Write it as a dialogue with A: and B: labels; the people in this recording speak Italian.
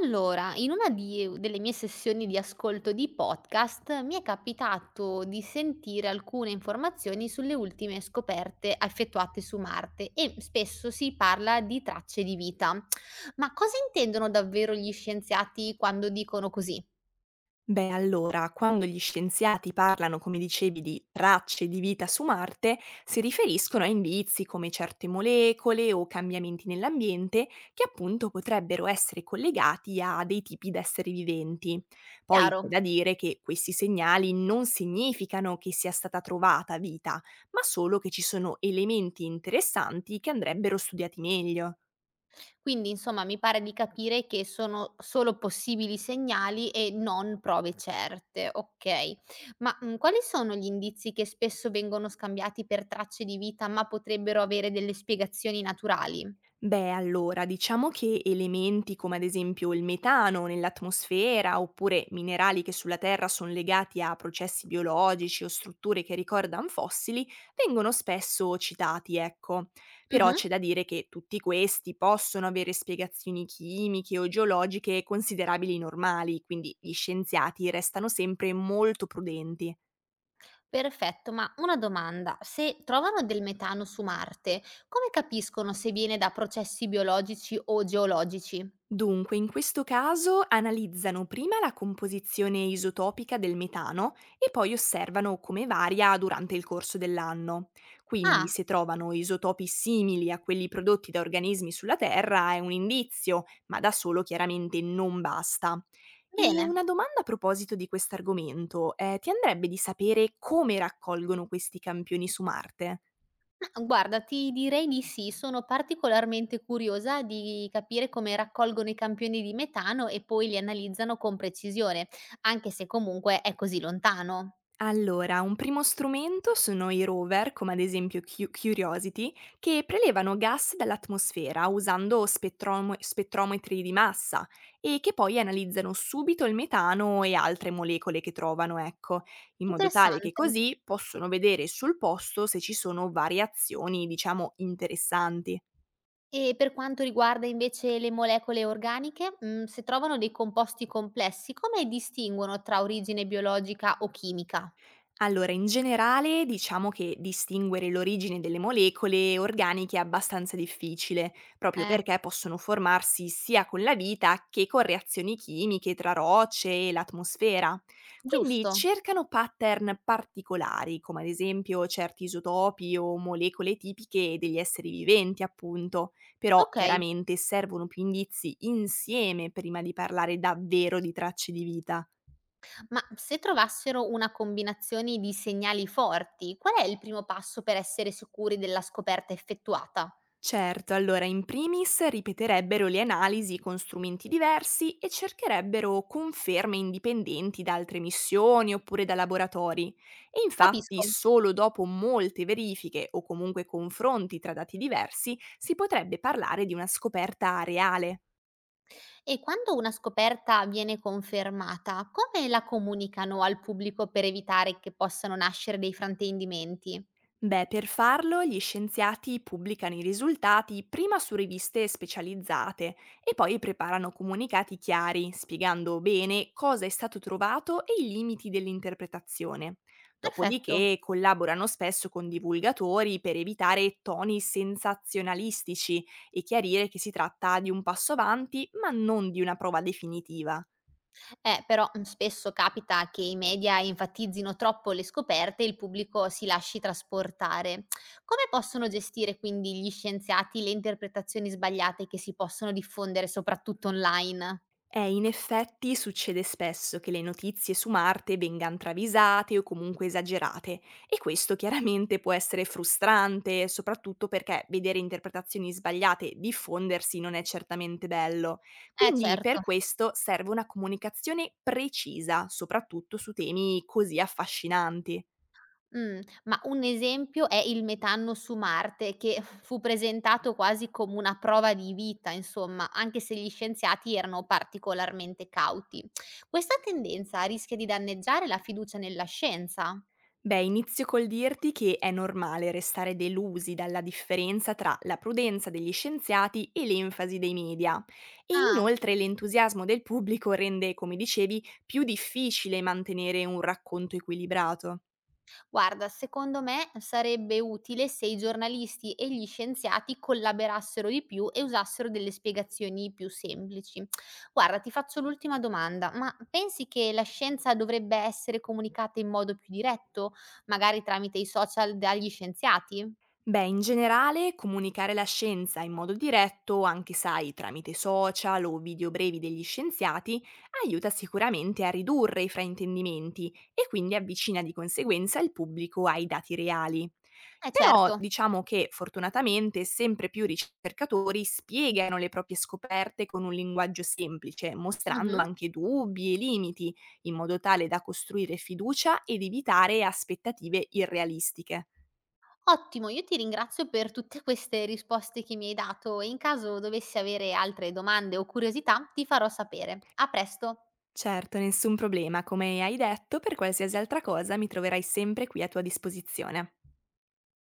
A: Allora, in una di delle mie sessioni di ascolto di podcast mi è capitato di sentire alcune informazioni sulle ultime scoperte effettuate su Marte e spesso si parla di tracce di vita. Ma cosa intendono davvero gli scienziati quando dicono così?
B: Beh, allora, quando gli scienziati parlano, come dicevi, di tracce di vita su Marte, si riferiscono a indizi come certe molecole o cambiamenti nell'ambiente che appunto potrebbero essere collegati a dei tipi d'esseri viventi. Poi
A: Chiaro?
B: c'è da dire che questi segnali non significano che sia stata trovata vita, ma solo che ci sono elementi interessanti che andrebbero studiati meglio.
A: Quindi insomma mi pare di capire che sono solo possibili segnali e non prove certe, okay. Quali sono gli indizi che spesso vengono scambiati per tracce di vita, ma potrebbero avere delle spiegazioni naturali?
B: Beh, allora, diciamo che elementi come ad esempio il metano nell'atmosfera oppure minerali che sulla Terra sono legati a processi biologici o strutture che ricordano fossili vengono spesso citati, ecco. Però
A: Mh-mh.
B: c'è da dire che tutti questi possono avere spiegazioni chimiche o geologiche considerabili normali, quindi gli scienziati restano sempre molto prudenti.
A: Perfetto, ma una domanda: se trovano del metano su Marte, come capiscono se viene da processi biologici o geologici?
B: Dunque, in questo caso analizzano prima la composizione isotopica del metano e poi osservano come varia durante il corso dell'anno. Quindi,
A: Ah,
B: se trovano isotopi simili a quelli prodotti da organismi sulla Terra è un indizio, ma da solo chiaramente non basta. E
A: bene.
B: una domanda a proposito di quest'argomento, ti andrebbe di sapere come raccolgono questi campioni su Marte?
A: Guarda, ti direi di sì, sono particolarmente curiosa di capire come raccolgono i campioni di metano e poi li analizzano con precisione, anche se comunque è così lontano.
B: Allora, un primo strumento sono i rover, come ad esempio Curiosity, che prelevano gas dall'atmosfera usando spettrometri di massa e che poi analizzano subito il metano e altre molecole che trovano, ecco, in modo tale che
A: Interessante.
B: così possono vedere sul posto se ci sono variazioni, diciamo, interessanti.
A: E per quanto riguarda invece le molecole organiche, se trovano dei composti complessi, come distinguono tra origine biologica o chimica?
B: Allora, in generale diciamo che distinguere l'origine delle molecole organiche è abbastanza difficile, proprio
A: Eh,
B: perché possono formarsi sia con la vita che con reazioni chimiche tra rocce e l'atmosfera. Quindi
A: giusto.
B: cercano pattern particolari, come ad esempio certi isotopi o molecole tipiche degli esseri viventi, appunto, però
A: Ok.
B: chiaramente servono più indizi insieme prima di parlare davvero di tracce di vita.
A: Ma se trovassero una combinazione di segnali forti, qual è il primo passo per essere sicuri della scoperta effettuata?
B: Certo, allora in primis ripeterebbero le analisi con strumenti diversi e cercherebbero conferme indipendenti da altre missioni oppure da laboratori. E infatti
A: Capisco.
B: solo dopo molte verifiche o comunque confronti tra dati diversi si potrebbe parlare di una scoperta reale.
A: E quando una scoperta viene confermata, come la comunicano al pubblico per evitare che possano nascere dei fraintendimenti?
B: Beh, per farlo gli scienziati pubblicano i risultati prima su riviste specializzate e poi preparano comunicati chiari, spiegando bene cosa è stato trovato e i limiti dell'interpretazione.
A: Perfetto.
B: Dopodiché collaborano spesso con divulgatori per evitare toni sensazionalistici e chiarire che si tratta di un passo avanti, ma non di una prova definitiva.
A: Però, spesso capita che i media enfatizzino troppo le scoperte e il pubblico si lasci trasportare. Come possono gestire quindi gli scienziati le interpretazioni sbagliate che si possono diffondere soprattutto online?
B: In effetti succede spesso che le notizie su Marte vengan travisate o comunque esagerate e questo chiaramente può essere frustrante, soprattutto perché vedere interpretazioni sbagliate diffondersi non è certamente bello.
A: Eh,
B: Quindi
A: certo.
B: per questo serve una comunicazione precisa, soprattutto su temi così affascinanti.
A: Mh, ma un esempio è il metano su Marte che fu presentato quasi come una prova di vita, insomma, anche se gli scienziati erano particolarmente cauti. Questa tendenza rischia di danneggiare la fiducia nella scienza?
B: Beh, inizio col dirti che è normale restare delusi dalla differenza tra la prudenza degli scienziati e l'enfasi dei media. E
A: Ah.
B: inoltre l'entusiasmo del pubblico rende, come dicevi, più difficile mantenere un racconto equilibrato.
A: Guarda, secondo me sarebbe utile se i giornalisti e gli scienziati collaborassero di più e usassero delle spiegazioni più semplici. Guarda, ti faccio l'ultima domanda, ma pensi che la scienza dovrebbe essere comunicata in modo più diretto, magari tramite i social dagli scienziati?
B: Beh, in generale, comunicare la scienza in modo diretto, anche sai, tramite social o video brevi degli scienziati, aiuta sicuramente a ridurre i fraintendimenti e quindi avvicina di conseguenza il pubblico ai dati reali.
A: Eh,
B: Però
A: certo.
B: diciamo che fortunatamente sempre più ricercatori spiegano le proprie scoperte con un linguaggio semplice, mostrando
A: Mhm.
B: anche dubbi e limiti, in modo tale da costruire fiducia ed evitare aspettative irrealistiche.
A: Ottimo, io ti ringrazio per tutte queste risposte che mi hai dato e in caso dovessi avere altre domande o curiosità ti farò sapere. A presto!
B: Certo, nessun problema, come hai detto, per qualsiasi altra cosa mi troverai sempre qui a tua disposizione.